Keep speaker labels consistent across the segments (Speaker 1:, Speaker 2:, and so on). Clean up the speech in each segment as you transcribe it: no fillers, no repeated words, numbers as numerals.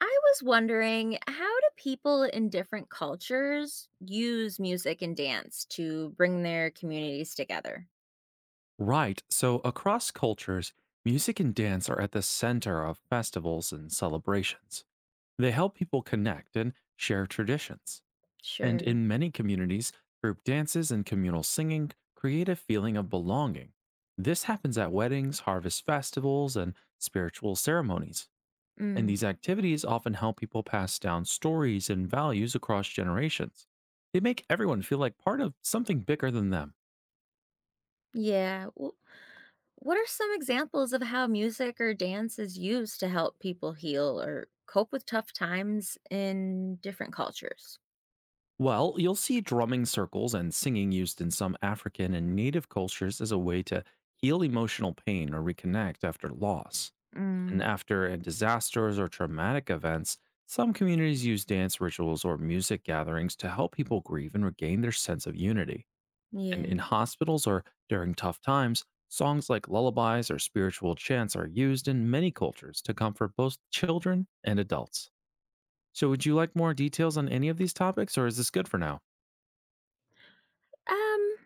Speaker 1: I was wondering, how do people in different cultures use music and dance to bring their communities together?
Speaker 2: Right. So across cultures, music and dance are at the center of festivals and celebrations. They help people connect and share traditions. And
Speaker 1: Sure.
Speaker 2: in many communities, group dances and communal singing create a feeling of belonging. This happens at weddings, harvest festivals, and spiritual ceremonies. And
Speaker 1: Mm.
Speaker 2: these activities often help people pass down stories and values across generations. They make everyone feel like part of something bigger than them.
Speaker 1: Yeah. What are some examples of how music or dance is used to help people heal or cope with tough times in different cultures?
Speaker 2: Well, you'll see drumming circles and singing used in some African and native cultures as a way to heal emotional pain or reconnect after loss. And
Speaker 1: Mm.
Speaker 2: after disasters or traumatic events, some communities use dance rituals or music gatherings to help people grieve and regain their sense of unity. And in
Speaker 1: Yeah.
Speaker 2: hospitals or during tough times, songs like lullabies or spiritual chants are used in many cultures to comfort both children and adults. So, would you like more details on any of these topics, or is this good for now?
Speaker 1: Um.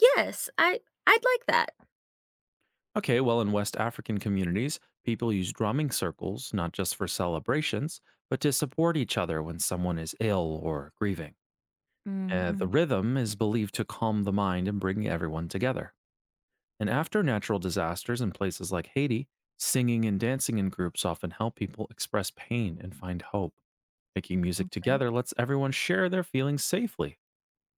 Speaker 1: Yes. I'd like that.
Speaker 2: Okay, well, in West African communities, people use drumming circles not just for celebrations, but to support each other when someone is ill or grieving. The
Speaker 1: Mm-mm.
Speaker 2: rhythm is believed to calm the mind and bring everyone together. And after natural disasters in places like Haiti, singing and dancing in groups often help people express pain and find hope. Making music
Speaker 1: Okay.
Speaker 2: together lets everyone share their feelings safely.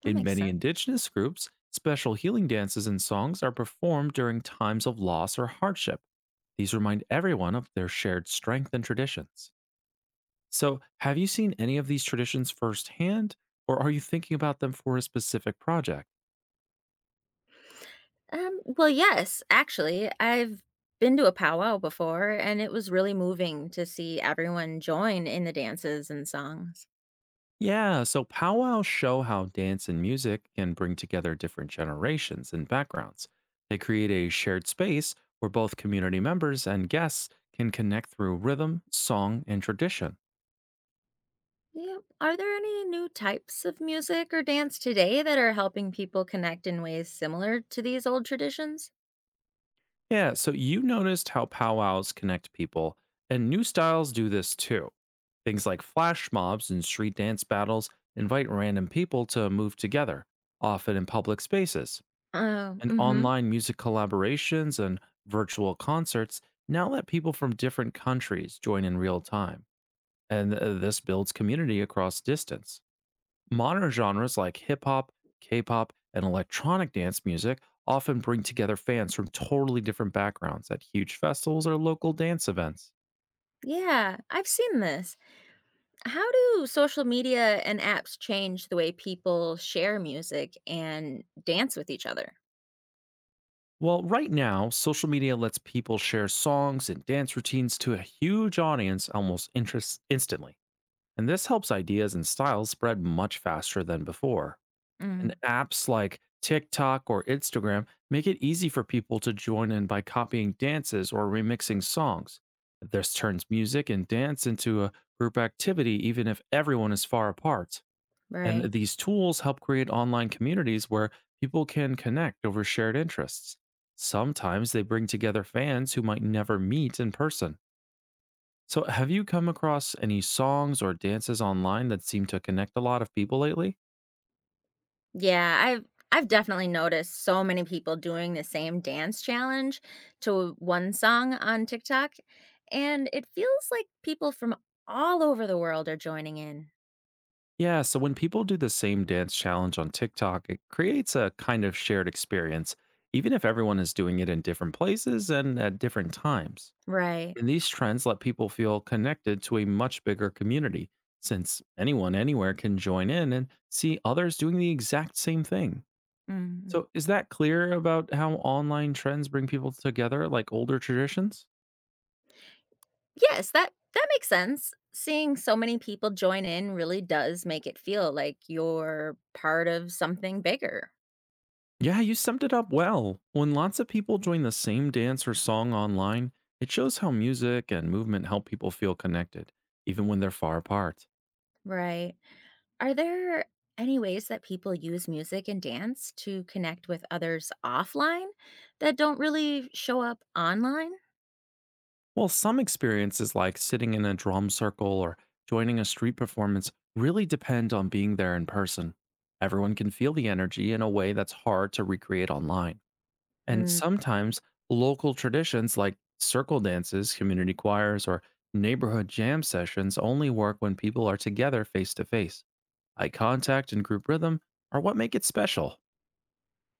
Speaker 1: That
Speaker 2: In
Speaker 1: makes
Speaker 2: many
Speaker 1: sense.
Speaker 2: indigenous groups, special healing dances and songs are performed during times of loss or hardship. These remind everyone of their shared strength and traditions. So, have you seen any of these traditions firsthand, or are you thinking about them for a specific project?
Speaker 1: Well, yes, actually, I've been to a powwow before, and it was really moving to see everyone join in the dances and songs.
Speaker 2: Yeah, so powwows show how dance and music can bring together different generations and backgrounds. They create a shared space where both community members and guests can connect through rhythm, song, and tradition.
Speaker 1: Yeah. Are there any new types of music or dance today that are helping people connect in ways similar to these old traditions?
Speaker 2: Yeah, so you noticed how powwows connect people, and new styles do this too. Things like flash mobs and street dance battles invite random people to move together, often in public spaces.
Speaker 1: Oh,
Speaker 2: And
Speaker 1: mm-hmm.
Speaker 2: online music collaborations and virtual concerts now let people from different countries join in real time. And this builds community across distance. Modern genres like hip hop, K pop, and electronic dance music often bring together fans from totally different backgrounds at huge festivals or local dance events.
Speaker 1: Yeah, I've seen this. How do social media and apps change the way people share music and dance with each other?
Speaker 2: Well, right now, social media lets people share songs and dance routines to a huge audience almost instantly. And this helps ideas and styles spread much faster than before. And
Speaker 1: Mm,
Speaker 2: apps like TikTok or Instagram make it easy for people to join in by copying dances or remixing songs. This turns music and dance into a group activity, even if everyone is far apart.
Speaker 1: right.
Speaker 2: And these tools help create online communities where people can connect over shared interests. Sometimes they bring together fans who might never meet in person. So, have you come across any songs or dances online that seem to connect a lot of people lately?
Speaker 1: Yeah, I've definitely noticed so many people doing the same dance challenge to one song on TikTok, and it feels like people from all over the world are joining in.
Speaker 2: Yeah, so when people do the same dance challenge on TikTok, it creates a kind of shared experience, even if everyone is doing it in different places and at different times.
Speaker 1: Right.
Speaker 2: And these trends let people feel connected to a much bigger community, since anyone anywhere can join in and see others doing the exact same thing.
Speaker 1: Mhm.
Speaker 2: So, is that clear about how online trends bring people together like older traditions?
Speaker 1: Yes, that makes sense. Seeing so many people join in really does make it feel like you're part of something bigger.
Speaker 2: Yeah, you summed it up well. When lots of people join the same dance or song online, it shows how music and movement help people feel connected, even when they're far apart.
Speaker 1: Right. Are there any ways that people use music and dance to connect with others offline that don't really show up online?
Speaker 2: While some experiences, like sitting in a drum circle or joining a street performance, really depend on being there in person. Everyone can feel the energy in a way that's hard to recreate online. And
Speaker 1: Mm,
Speaker 2: sometimes local traditions like circle dances, community choirs, or neighborhood jam sessions only work when people are together face to face. Eye contact and group rhythm are what make it special.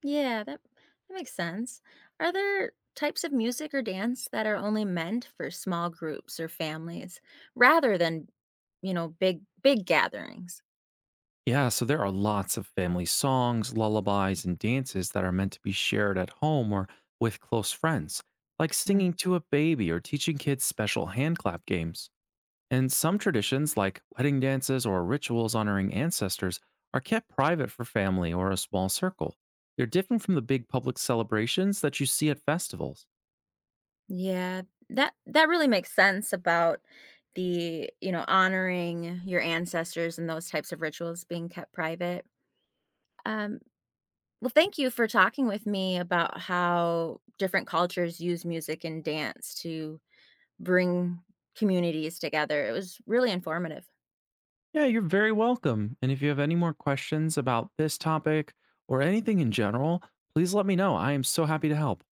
Speaker 1: yeah, that makes sense. Are there types of music or dance that are only meant for small groups or families rather than, you know, big gatherings?
Speaker 2: Yeah, so there are lots of family songs, lullabies, and dances that are meant to be shared at home or with close friends, like
Speaker 1: Mm.
Speaker 2: singing to a baby or teaching kids special hand clap games. And some traditions, like wedding dances or rituals honoring ancestors, are kept private for family or a small circle. They're different from the big public celebrations that you see at festivals.
Speaker 1: Yeah, that really makes sense about you know, honoring your ancestors and those types of rituals being kept private. Um, Well, thank you for talking with me about how different cultures use music and dance to bring communities together. It was really informative.
Speaker 2: Yeah, you're very welcome. And if you have any more questions about this topic or anything in general, please let me know. I am so happy to help.